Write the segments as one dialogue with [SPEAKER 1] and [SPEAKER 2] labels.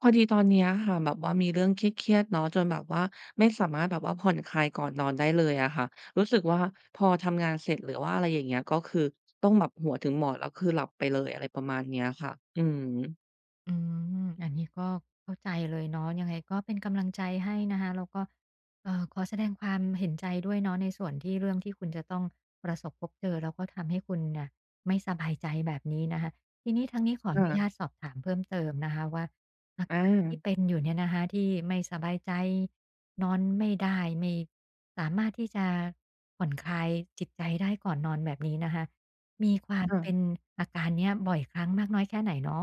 [SPEAKER 1] พอดีตอนเนี้ยค่ะแบบว่ามีเรื่องเครียดๆเนาะจนแบบว่าไม่สามารถแบบว่าผ่อนคลายก่อนนอนได้เลยอะค่ะรู้สึกว่าพอทำงานเสร็จหรือว่าอะไรอย่างเงี้ยก็คือต้องแบบหัวถึงหมอนแล้วคือหลับไปเลยอะไรประมาณเนี้ยค่ะอือ
[SPEAKER 2] อืมอันนี้ก็เข้าใจเลยเนาะยังไงก็เป็นกำลังใจให้นะคะแล้วก็ขอแสดงความเห็นใจด้วยเนาะในส่วนที่เรื่องที่คุณจะต้องประสบพบเจอแล้วก็ทำให้คุณน่ะไม่สบายใจแบบนี้นะคะทีนี้ทางนี้ขออนุญาต
[SPEAKER 1] ค่ะ
[SPEAKER 2] สอบถามเพิ่มเติมนะคะว่าอา
[SPEAKER 1] อา
[SPEAKER 2] การที่เป็นอยู่เนี่ยนะคะที่ไม่สบายใจนอนไม่ได้ไม่สามารถที่จะผ่อนคลายจิตใจได้ก่อนนอนแบบนี้นะคะมีความเป็น
[SPEAKER 1] ค่ะ
[SPEAKER 2] อาการเนี้ยบ่อยครั้งมากน้อยแค่ไหนเนา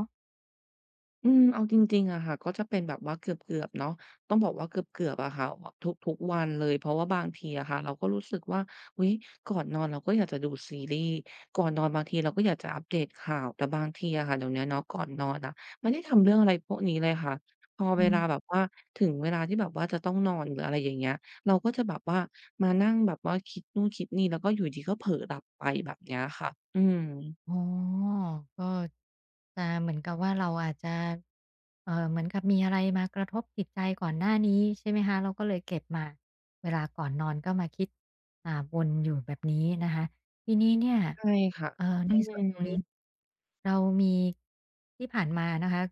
[SPEAKER 1] อืมเอาจริงๆอะค่ะก็จะเป็นแบบว่าเกือบๆเนาะต้องบอกว่าเกือบๆอะค่ะทุกๆวันเลยเพราะว่าบางทีอะค่ะเราก็รู้สึกว่าอุ๊ยก่อนนอนเราก็อยากจะดูซีรีส์ก่อนนอนบางทีเราก็อยากจะอัปเดตข่าวแต่บางทีอะค่ะเดี๋ยวเนี้ยเนาะก่อนนอนอะไม่ได้ทำเรื่องอะไรพวกนี้เลยค่ะพอเว
[SPEAKER 2] ะ
[SPEAKER 1] ลาแบบว่าถึงเวลาที่แบบว่าจะต้องนอนหรืออะไรอย่างเงี้ยเราก็จะแบบว่ามานั่งแบบว่าคิดนู่นคิดนี่แล้วก็อยู่ดีๆก็เผลอหลับไปแบบเนี้ยค่ะอืม
[SPEAKER 2] อ๋อก็จะเหมือนกับว่าเราอาจจะเหมือนกับมีอะไรมากระทบจิตใจก่อนหน้านี้ใช่ไหมคะเราก็เลยเก็บมาเวลาก่อนนอนก็มาคิดอ่าวนอยู่แบบนี้นะคะทีนี้เนี่ย
[SPEAKER 1] ใช่ค่ะอื
[SPEAKER 2] ในส่ว
[SPEAKER 1] ม
[SPEAKER 2] นตรงนี้เรามีที่ผ่านมานะคะ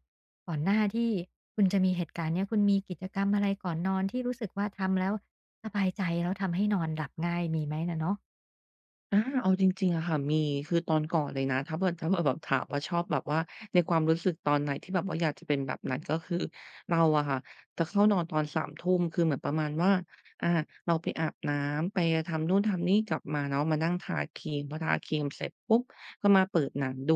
[SPEAKER 2] ก่อนหน้าที่คุณจะมีเหตุการณ์เนี้ยคุณมีกิจกรรมอะไรก่อนนอนที่รู้สึกว่าทำแล้วสบายใจแล้วทำให้นอนหลับง่ายมีไหมน่ะเนาะ
[SPEAKER 1] อาเอาจริงๆอะค่ะมีคือตอนก่อนเลยนะถ้าเผื่อแบบถามว่าชอบแบบว่าในความรู้สึกตอนไหนที่แบบว่าอยากจะเป็นแบบนั้นก็คือเราอะค่ะจะเข้านอนตอน3ทุ่มคือเหมือนประมาณว่าอ่าเราไปอาบน้ำไปทำนู่นทำนี่กลับมาเนาะมานั่งทาครีมพอทาครีมเสร็จปุ๊บก็มาเปิดหนังดู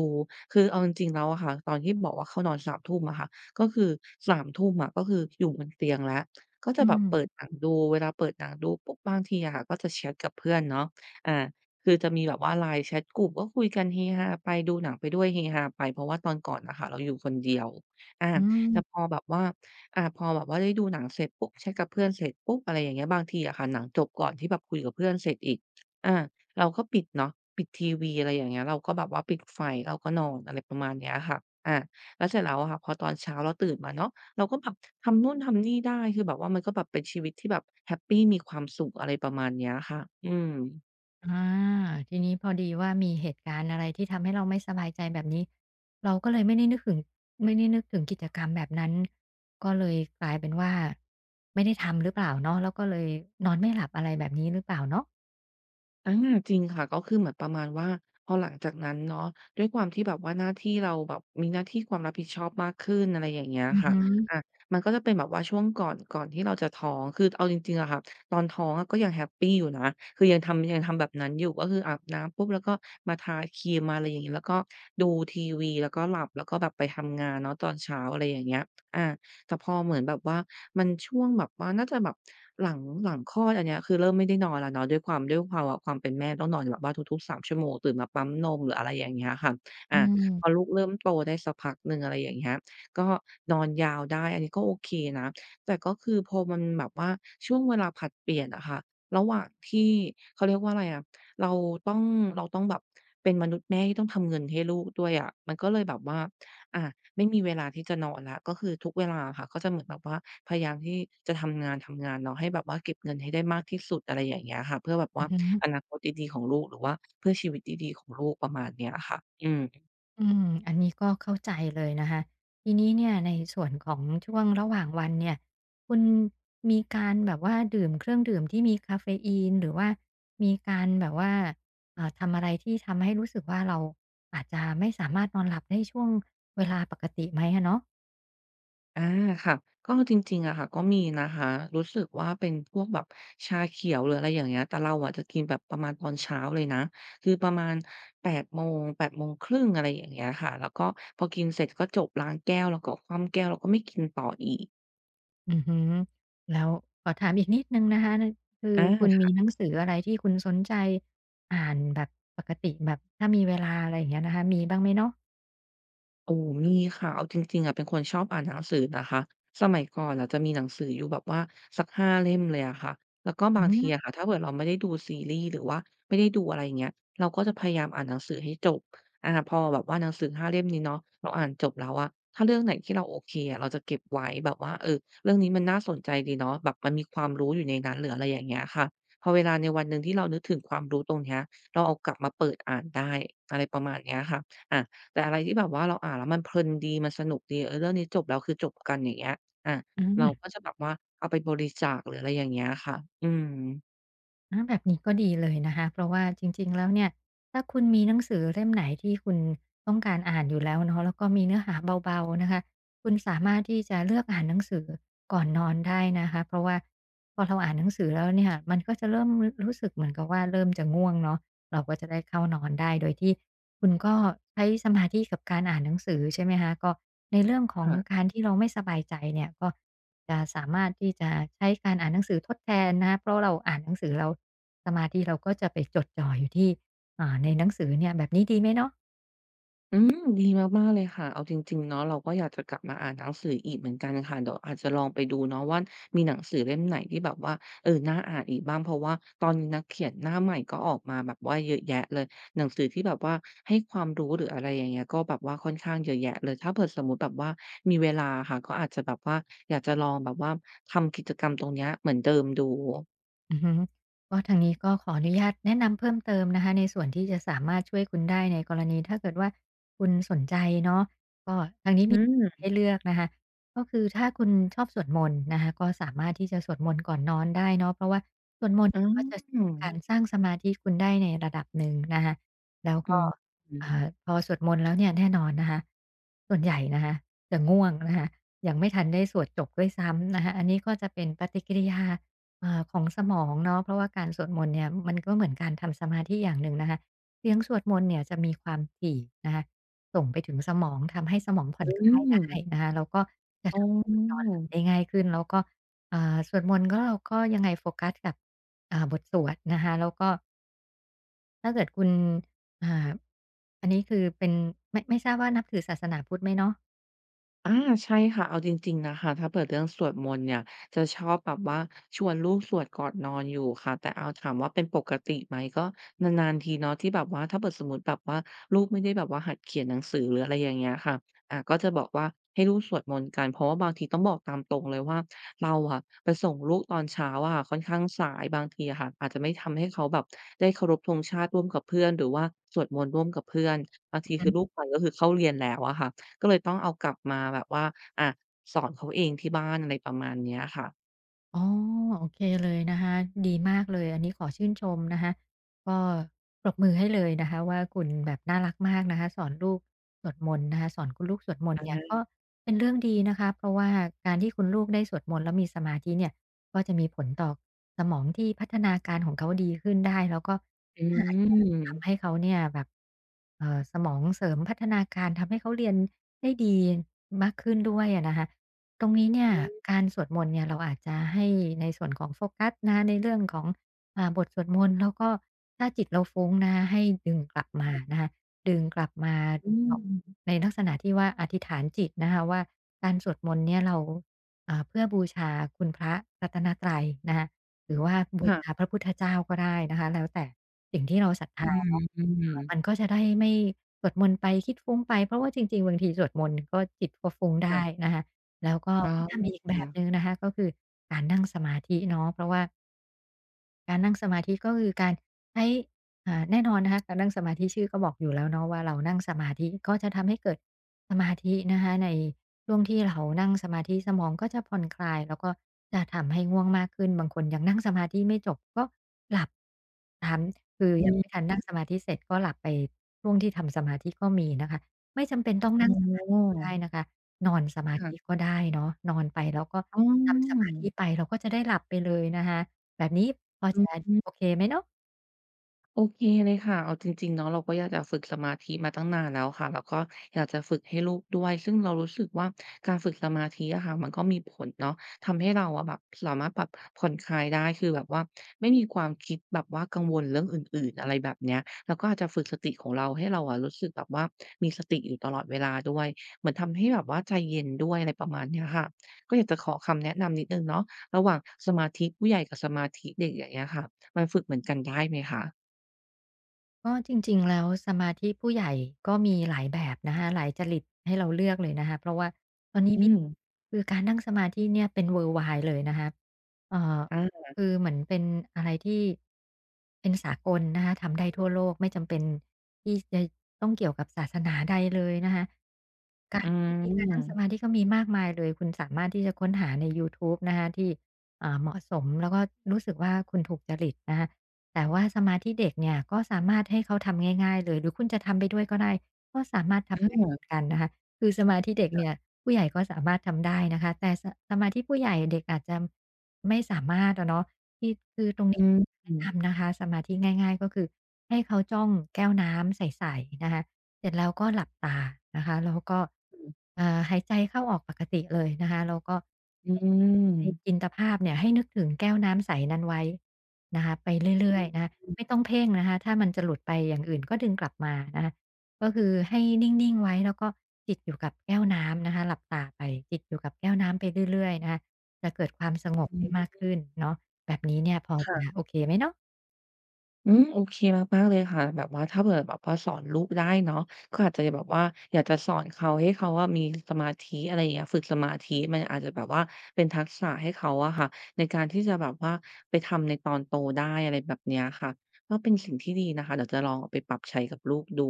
[SPEAKER 1] คือเอาจริงๆแล้วอะค่ะตอนที่บอกว่าเข้านอนสามทุ่มอะค่ะก็คือสามทุ่มอะก็คืออยู่บนเตียงแล้วก็จะ
[SPEAKER 2] อื
[SPEAKER 1] แบบ
[SPEAKER 2] ม
[SPEAKER 1] เปิดหนังดูเวลาเปิดหนังดูปุ๊บบางทีอะค่ะก็จะแชตกับเพื่อนเนาะอ่า คือจะมีแบบว่า LINE แชตกลุ่มก็คุยกันเฮฮาไปดูหนังไปด้วยเฮฮาไปเพราะว่าตอนก่อนน่ะค่ะเราอยู่คนเดียวอา
[SPEAKER 2] อืม
[SPEAKER 1] แต่พอแบบว่าอาพอแบบว่าได้ดูหนังเสร็จปุ๊บแชตกับเพื่อนเสร็จปุ๊บอะไรอย่างเงี้ยบางทีอะค่ะหนังจบก่อนที่แบบคุยกับเพื่อนเสร็จอีกอาเราก็ปิดเนาะปิดทีวีอะไรอย่างเงี้ยเราก็แบบว่าปิดไฟเราก็นอนอะไรประมาณเนี้ยค่ะอาแล้วเสร็จแล้วอะค่ะพอตอนเช้าเราตื่นมาเนาะเราก็แบบทำนู่นทำนี่ได้คือแบบว่ามันก็แบบเป็นชีวิตที่แบบแฮปปีมีความสุขอะไรประมาณเนี้ยค่ะอืม
[SPEAKER 2] อาทีนี้พอดีว่ามีเหตุการณ์อะไรที่ทำให้เราไม่สบายใจแบบนี้เราก็เลยไม่ได้นึกถึงกิจกรรมแบบนั้นก็เลยกลายเป็นว่าไม่ได้ทำหรือเปล่าเนาะแล้วก็เลยนอนไม่หลับอะไรแบบนี้หรือเปล่าเนาะ
[SPEAKER 1] อาจริงค่ะก็คือเหมือนประมาณว่าพอหลังจากนั้นเนาะด้วยความที่แบบว่าหน้าที่เราแบบมีหน้าที่ความรับผิดชอบมากขึ้นอะไรอย่างเงี้ย
[SPEAKER 2] อือ
[SPEAKER 1] ค่ะ
[SPEAKER 2] หื
[SPEAKER 1] อามันก็จะเป็นแบบว่าช่วงก่อนที่เราจะท้องคือเอาจริงๆอะค่ะตอนท้องอะก็ยังแฮปปีอยู่นะคือยังทำแบบนั้นอยู่ก็คืออาบน้ำปุ๊บแล้วก็มาทาครีมมาอะไรอย่างงี้แล้วก็ดูทีวีแล้วก็หลับแล้วก็แบบไปทำงานเนาะตอนเช้าอะไรอย่างเงี้ยอา แต่พอเหมือนแบบว่ามันช่วงแบบว่าน่าจะแบบหลังหลังคลอดอันเนี้ยคือเริ่มไม่ได้นอนแล้วเนาะด้วยความเป็นแม่ต้องนอนแบบว่าทุกๆ3ชั่วโมงตื่นมาปั๊มนมหรืออะไรอย่างเงี้ยค่ะ
[SPEAKER 2] ออื
[SPEAKER 1] อะ
[SPEAKER 2] ม
[SPEAKER 1] พอลูกเริ่มโตได้สักพักหนึ่งอะไรอย่างเงี้ยก็นอนยาวได้อันนี้ก็โอเคนะแต่ก็คือพอมันแบบว่าช่วงเวลาผลัดเปลี่ยนอะค่ะระหว่างที่เขาเรียกว่าอะไรอะเราต้องเราต้องแบบเป็นมนุษย์แม่ที่ต้องทำเงินให้ลูกด้วยอะมันก็เลยแบบว่า อะไม่มีเวลาที่จะนอนแล้วก็คือทุกเวลาค่ะก็จะเหมือนแบบว่าพยายามที่จะทำงานเนาะให้แบบว่าเก็บเงินให้ได้มากที่สุดอะไรอย่างเงี้ยค่ะเพื่อแบบ
[SPEAKER 2] อื
[SPEAKER 1] ว่า
[SPEAKER 2] อหือ
[SPEAKER 1] อนาคตดีๆของลูกหรือว่าเพื่อชีวิตดีๆของลูกประมาณเนี้ยค่ะอืม
[SPEAKER 2] อืมอันนี้ก็เข้าใจเลยนะคะทีนี้เนี่ยในส่วนของช่วงระหว่างวันเนี่ยคุณมีการแบบว่าดื่มเครื่องดื่มที่มีคาเฟอีนหรือว่ามีการแบบว่าทำอะไรที่ทำให้รู้สึกว่าเราอาจจะไม่สามารถนอนหลับได้ช่วงเวลาปกติไหมอะเนาะ
[SPEAKER 1] อาค่ะก็จริงๆอะค่ะก็มีนะคะรู้สึกว่าเป็นพวกแบบชาเขียวหรืออะไรอย่างเงี้ยแต่เราอะจะกินแบบประมาณตอนเช้าเลยนะคือประมาณแปดโมง8 โมงครึ่งอะไรอย่างเงี้ยค่ะแล้วก็พอกินเสร็จก็จบล้างแก้วแล้วก็คว่ำแก้วแล้วก็ไม่กินต่ออีก
[SPEAKER 2] อือฮึแล้วขอถามอีกนิดหนึ่งนะคะนคือคุณมี
[SPEAKER 1] อา
[SPEAKER 2] หนังสืออะไรที่คุณสนใจอ่านแบบปกติแบบถ้ามีเวลาอะไรอย่างเงี้ยนะคะมีบ้างไหมเนาะ
[SPEAKER 1] โอ้มีค่ะเอาจริงๆอะเป็นคนชอบอ่านหนังสือนะคะสมัยก่อนอะจะมีหนังสืออยู่แบบว่าสัก5เล่มเลยอะค่ะแล้วก็บา
[SPEAKER 2] อื
[SPEAKER 1] ง
[SPEAKER 2] ม
[SPEAKER 1] ทีอะค่ะถ้าเผื่อเราไม่ได้ดูซีรีส์หรือว่าไม่ได้ดูอะไรอย่างเงี้ยเราก็จะพยายามอ่านหนังสือให้จบอาพอแบบว่าหนังสือห้าเล่มนี้เนาะเราอ่านจบแล้วอะถ้าเรื่องไหนที่เราโอเคอะเราจะเก็บไว้แบบว่าเออเรื่องนี้มันน่าสนใจดีเนาะแบบมันมีความรู้อยู่ในนั้นหรืออะไรอย่างเงี้ยค่ะพอเวลาในวันหนึ่งที่เรานึกถึงความรู้ตรงเนี้ยเราเอากลับมาเปิดอ่านได้อะไรประมาณเนี้ยค่ะอา แต่อะไรที่แบบว่าเราอ่านแล้วมันเพลินดีมันสนุกดีเออเรื่องนี้จบแล้วคือจบกันอย่างเงี้ยอา
[SPEAKER 2] อื
[SPEAKER 1] เราก็
[SPEAKER 2] ม
[SPEAKER 1] จะแบบว่าเอาไปบริจาคหรืออะไรอย่างเงี้ยค่ะอืม
[SPEAKER 2] อาแบบนี้ก็ดีเลยนะคะเพราะว่าจริงๆแล้วเนี่ยถ้าคุณมีหนังสือเล่มไหนที่คุณต้องการอ่านอยู่แล้วเนาะแล้วก็มีเนื้อหาเบาๆนะคะ คุณสามารถที่จะเลือกอ่านหนังสือก่อนนอนได้นะคะ เพราะว่าพอเราอ่านหนังสือแล้วเนี่ยมันก็จะเริ่มรรู้สึกเหมือนกับว่าเริ่มจะง่วงเนาะเราก็จะได้เข้านอนได้โดยที่คุณก็ใช้สมาธิกับการอ่านหนังสือใช่ไหมคะก็ในเรื่องของ
[SPEAKER 1] ค่ะ
[SPEAKER 2] การที่เราไม่สบายใจเนี่ยก็ จะสามารถที่จะใช้การอ่านหนังสือทดแทนนะคะเพราะเราอ่านหนังสือเราสมาธิเราก็จะไปจดจ่ออยู่ที่อ่าในหนังสือเนี่ยแบบนี้ดีไหมเนาะ
[SPEAKER 1] อืมดีมากๆเลยค่ะเอาจริงๆเนาะเราก็อยากจะกลับมาอ่านหนังสืออีกเหมือนกันค่ะเดี๋ยวอาจจะลองไปดูเนาะว่ามีหนังสือเล่มไหนที่แบบว่าเออน่าอ่านอีกบ้างเพราะว่าตอนนี้นักเขียนหน้าใหม่ก็ออกมาแบบว่าเยอะแยะเลยหนังสือที่แบบว่าให้ความรู้หรืออะไรอย่างเงี้ยก็แบบว่าค่อนข้างเยอะแยะเลยถ้าเผื่อสมมุติแบบว่ามีเวลาค่ะก็อาจจะแบบว่าอยากจะลองแบบว่าทำกิจกรรมตรงเนี้ยเหมือนเดิมดู
[SPEAKER 2] อือฮึก็ทางนี้ก็ขออนุญาตแนะนำเพิ่มเติมนะคะในส่วนที่จะสามารถช่วยคุณได้ในกรณีถ้าเกิดว่าคุณสนใจเนาะก็ทางนี้
[SPEAKER 1] อื
[SPEAKER 2] มี
[SPEAKER 1] ม
[SPEAKER 2] ให้เลือกนะคะก็คือถ้าคุณชอบสวดมนต์นะคะก็สามารถที่จะสวดมนต์ก่อนนอนได้เนาะเพราะว่าสวดมนต์
[SPEAKER 1] อา
[SPEAKER 2] เนี่ยก็จะ
[SPEAKER 1] อ
[SPEAKER 2] เป็นการสร้างสมาธิคุณได้ในระดับหนึ่งนะคะแล้ว
[SPEAKER 1] อื
[SPEAKER 2] ก็
[SPEAKER 1] ม
[SPEAKER 2] อ่าพอสวดมนต์แล้วเนี่ยแน่นอนนะคะส่วนใหญ่นะคะจะง่วงนะคะยังไม่ทันได้สวดจบด้วยซ้ำนะคะอันนี้ก็จะเป็นปฏิกิริยา อ่าของสมองเนาะเพราะว่าการสวดมนต์เนี่ยมันก็เหมือนการทำสมาธิอย่างหนึ่งนะคะเสียงสวดมนต์เนี่ยจะมีความถี่นะคะส่งไปถึงสมองทำให้สมองผ่อ
[SPEAKER 1] อ
[SPEAKER 2] นค
[SPEAKER 1] ื
[SPEAKER 2] ลาย
[SPEAKER 1] ม
[SPEAKER 2] ได้นะคะแล้วก็จะ
[SPEAKER 1] อ๋อ
[SPEAKER 2] ทำให้คุณนอนหลับได้ง่ายขึ้นแล้วก็อ่าสวดมนต์ก็เราก็ยังไงโฟกัสกับอ่าบทสวดนะคะแล้วก็ถ้าเกิดคุณอ่าอันนี้คือเป็นไม่ทราบว่านับถือศาสนาพุทธไหมเนาะ
[SPEAKER 1] อาใช่ค่ะเอาจริงๆนะคะถ้าเปิดเรื่องสวดมนต์เนี่ยจะชอบแบบว่าชวนลูกสวดก่อนนอนอยู่ค่ะแต่เอาถามว่าเป็นปกติไหมก็นานๆทีเนาะที่แบบว่าถ้าเผื่อสมมุติแบบว่าลูกไม่ได้แบบว่าหัดเขียนหนังสือหรืออะไรอย่างเงี้ยค่ะอ่าก็จะบอกว่าให้ลูกสวดมนต์กันเพราะว่าบางทีต้องบอกตามตรงเลยว่าเราอะไปส่งลูกตอนเช้าอะค่ะค่อนข้างสายบางทีอะค่ะอาจจะไม่ทำให้เขาแบบได้เคารพธงชาติร่วมกับเพื่อนหรือว่าสวดมนต์ร่วมกับเพื่อนบางทีคือลูกไปก็คือเข้าเรียนแล้วอะค่ะ ก็เลยต้องเอากลับมาแบบว่าอ่ะสอนเขาเองที่บ้านอะไรประมาณเนี้ยค่ะ
[SPEAKER 2] อ๋อโอเคเลยนะคะดีมากเลยอันนี้ขอชื่นชมนะคะก็ปรบมือให้เลยนะคะว่าคุณแบบน่ารักมากนะคะสอนลูกสวดมนต์นะคะสอนคุณลูกสวดมนต์
[SPEAKER 1] อะ
[SPEAKER 2] เนี่ยก็
[SPEAKER 1] ฮะ
[SPEAKER 2] เป็นเรื่องดีนะคะเพราะว่าการที่คุณลูกได้สวดมนต์แล้วมีสมาธิเนี่ยก็จะมีผลต่อสมองที่พัฒนาการของเขาดีขึ้นได้แล้วก็
[SPEAKER 1] อื
[SPEAKER 2] อาจจะทำให้
[SPEAKER 1] ม
[SPEAKER 2] เขาเนี่ยแบบสมองเสริมพัฒนาการทำให้เขาเรียนได้ดีมากขึ้นด้วยอะนะคะ ตรงนี้เนี่ยการสวดมนต์เนี่ยเราอาจจะให้ในส่วนของโฟกัสนะในเรื่องของบทสวดมนต์แล้วก็ถ้าจิตเราฟุ้งนะให้ดึงกลับมานะคะดึงกลับมา
[SPEAKER 1] อืม
[SPEAKER 2] ในลักษณะที่ว่าอธิษฐานจิตนะคะว่าการสวดมนต์เนี่ยเราเพื่อบูชาคุณพระรัตนตรัยนะคะหรือว่าบูชา
[SPEAKER 1] ค่ะ
[SPEAKER 2] พระพุทธเจ้าก็ได้นะคะแล้วแต่สิ่งที่เราศรัท
[SPEAKER 1] อื
[SPEAKER 2] ธาเนาะ
[SPEAKER 1] ม
[SPEAKER 2] มันก็จะได้ไม่สวดมนต์ไปคิดฟุ้งไปเพราะว่าจริงๆบางทีสวดมนต์ก็จิตก็ฟุ้ง
[SPEAKER 1] ๆค่ะ
[SPEAKER 2] ได้นะคะ แล้วก็
[SPEAKER 1] อ๋
[SPEAKER 2] ให้
[SPEAKER 1] อ
[SPEAKER 2] ทำอีกแบบหนึ่งนะคะก็คือการนั่งสมาธิเนาะเพราะว่า การนั่งสมาธิก็คือการใช้แน่นอนนะคะการนั่งสมาธิชื่อก็บอกอยู่แล้วเนาะว่าเรานั่งสมาธิก็จะทำให้เกิดสมาธินะคะในช่วงที่เรานั่งสมาธิสมองก็จะผ่อนคลายแล้วก็จะทำให้ง่วงมากขึ้นบางคนยังนั่งสมาธิไม่จบก็หลับทาคือ
[SPEAKER 1] อื
[SPEAKER 2] ยังไม่ทั
[SPEAKER 1] ม
[SPEAKER 2] นนั่งสมาธิเสร็จก็หลับไปช่วงที่ทำสมาธิก็มีนะคะไม่จำเป็นต้อง
[SPEAKER 1] อ๋
[SPEAKER 2] นั่งสมาธิ
[SPEAKER 1] อ
[SPEAKER 2] ก็ได้นะคะนอนสมาธิ
[SPEAKER 1] ค่ะ
[SPEAKER 2] ก็ได้เนาะนอนไปแล้วก็
[SPEAKER 1] อ๋
[SPEAKER 2] ทำสมา
[SPEAKER 1] อ
[SPEAKER 2] ธิไปเราก็จะได้หลับไปเลยนะคะ แบบนี้พอ
[SPEAKER 1] อื
[SPEAKER 2] จะ
[SPEAKER 1] ม
[SPEAKER 2] โอเคไหมเนาะ
[SPEAKER 1] โอเคเลยค่ะเอาจริงๆเนาะเราก็อยากจะฝึกสมาธิมาตั้งนานแล้วค่ะแล้วก็อยากจะฝึกให้ลูกด้วยซึ่งเรารู้สึกว่าการฝึกสมาธิอะค่ะมันก็มีผลเนาะทำให้เราอะแบบสามารถแบบผ่อนคลายได้คือแบบว่าไม่มีความคิดแบบว่ากังวลเรื่องอื่นๆอะไรแบบเนี้ยแล้วก็อาจจะฝึกสติของเราให้เราอะรู้สึกแบบว่ามีสติอยู่ตลอดเวลาด้วยเหมือนทำให้แบบว่าใจเย็นด้วยอะไรประมาณเนี้ยค่ะก็อยากจะขอคำแนะนำนิดหนึ่งเนาะระหว่างสมาธิผู้ใหญ่กับสมาธิเด็กอย่างเงี้ยค่ะมันฝึกเหมือนกันได้ไหมคะ
[SPEAKER 2] ก็จริงๆแล้วสมาธิผู้ใหญ่ก็มีหลายแบบนะคะหลายจริตให้เราเลือกเลยนะคะเพราะว่าตอนนี้
[SPEAKER 1] อื
[SPEAKER 2] มี
[SPEAKER 1] ม
[SPEAKER 2] คือการนั่งสมาธิเนี่ยเป็น worldwide เลยนะคะเอ่อ
[SPEAKER 1] อา
[SPEAKER 2] คือเหมือนเป็นอะไรที่เป็นสากลนะคะทำได้ทั่วโลกไม่จำเป็นที่จะต้องเกี่ยวกับศาสนาใดเลยนะคะกา
[SPEAKER 1] อื
[SPEAKER 2] รวิธีการนั่งสมา
[SPEAKER 1] ม
[SPEAKER 2] ธิก็มีมากมายเลยคุณสามารถที่จะค้นหาในยูทูบนะคะที่เหมาะสมแล้วก็รู้สึกว่าคุณถูกจริตนะคะ แต่ว่าสมาธิเด็กเนี่ยก็สามารถให้เขาทำง่ายๆเลยหรือคุณจะทำไปด้วยก็ได้ก็สามารถ
[SPEAKER 1] อาอื
[SPEAKER 2] ทำได้เหมือ
[SPEAKER 1] ม
[SPEAKER 2] นกันนะคะคือสมาธิเด็กเนี่ยผู้ใหญ่ก็สามารถทำได้นะคะแต่สะสมาธิผู้ใหญ่เด็กอาจจะไม่สามารถอะเนาะที่คือตรงนี้
[SPEAKER 1] อื
[SPEAKER 2] แนะ
[SPEAKER 1] ม
[SPEAKER 2] นำนะคะสมาธิง่ายๆก็คือให้เขาจ้องแก้วน้ำใสๆนะคะ เสร็จแล้วก็หลับตานะคะแล้วก็
[SPEAKER 1] อ
[SPEAKER 2] หายใจเข้าออกปกติเลยนะคะแล้วก็
[SPEAKER 1] ืม
[SPEAKER 2] ให้จินตภาพเนี่ยให้นึกถึงแก้วน้ำใสนั้นไว้นะคะไปเรื่อยๆนะคะไม่ต้องเพ่งนะคะถ้ามันจะหลุดไปอย่างอื่นก็ดึงกลับมานะคะก็คือให้นิ่งๆไว้แล้วก็จิตอยู่กับแก้วน้ำนะคะหลับตาไปจิตอยู่กับแก้วน้ำไปเรื่อยๆนะคะจะเกิดความสงบ
[SPEAKER 1] อื
[SPEAKER 2] ได้
[SPEAKER 1] ม
[SPEAKER 2] มากขึ้นเนาะแบบนี้เนี่ยพอ
[SPEAKER 1] ค่ะ
[SPEAKER 2] จะโอเคไหมเนาะ
[SPEAKER 1] อืมโอเคมากๆเลยค่ะแบบว่าถ้าเผื่อแบบว่าสอนลูกได้เนาะก็อาจจะแบบว่าอยากจะสอนเขาให้เขาอะมีสมาธิอะไรอย่างเงี้ยฝึกสมาธิมันอาจจะแบบว่าเป็นทักษะให้เขาอะค่ะในการที่จะแบบว่าไปทำในตอนโตได้อะไรแบบเนี้ยค่ะก็เป็นสิ่งที่ดีนะคะเดี๋ยวจะลองเอาไปปรับใช้กับลูกดู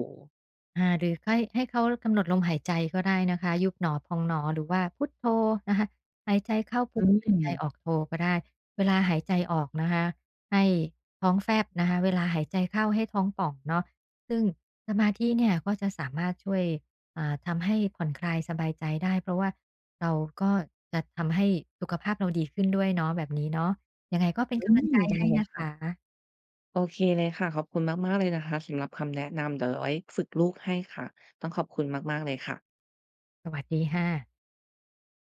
[SPEAKER 2] หรือให้เขากำหนดลมหายใจก็ได้นะคะยุบหนอพองหนอหรือว่าพุทโธนะคะหายใจเข้าพุ
[SPEAKER 1] อื
[SPEAKER 2] ทหายใจอ
[SPEAKER 1] ม
[SPEAKER 2] อกโธก็ได้เวลาหายใจออกนะคะให้ท้องแฟบนะคะเวลาหายใจเข้าให้ท้องป่องเนาะซึ่งสมาธิเนี่ยก็จะสามารถช่วยทำให้ผ่อนคลายสบายใจได้เพราะว่าเราก็จะทำให้สุขภาพเราดีขึ้นด้วยเนาะแบบนี้เนาะยังไงก็เป็น
[SPEAKER 1] อื
[SPEAKER 2] กำลัง
[SPEAKER 1] ม
[SPEAKER 2] ใจ
[SPEAKER 1] ได้
[SPEAKER 2] ให้
[SPEAKER 1] เลย
[SPEAKER 2] นะค
[SPEAKER 1] ค่ะ
[SPEAKER 2] ะ
[SPEAKER 1] โอเคเลยค่ะขอบคุณมากๆเลยนะคะสำหรับคำแนะนำเดี๋ยวเอาไว้ฝึกลูกให้ค่ะต้องขอบคุณมากๆเลยค่ะ
[SPEAKER 2] สวัสดีค่ะ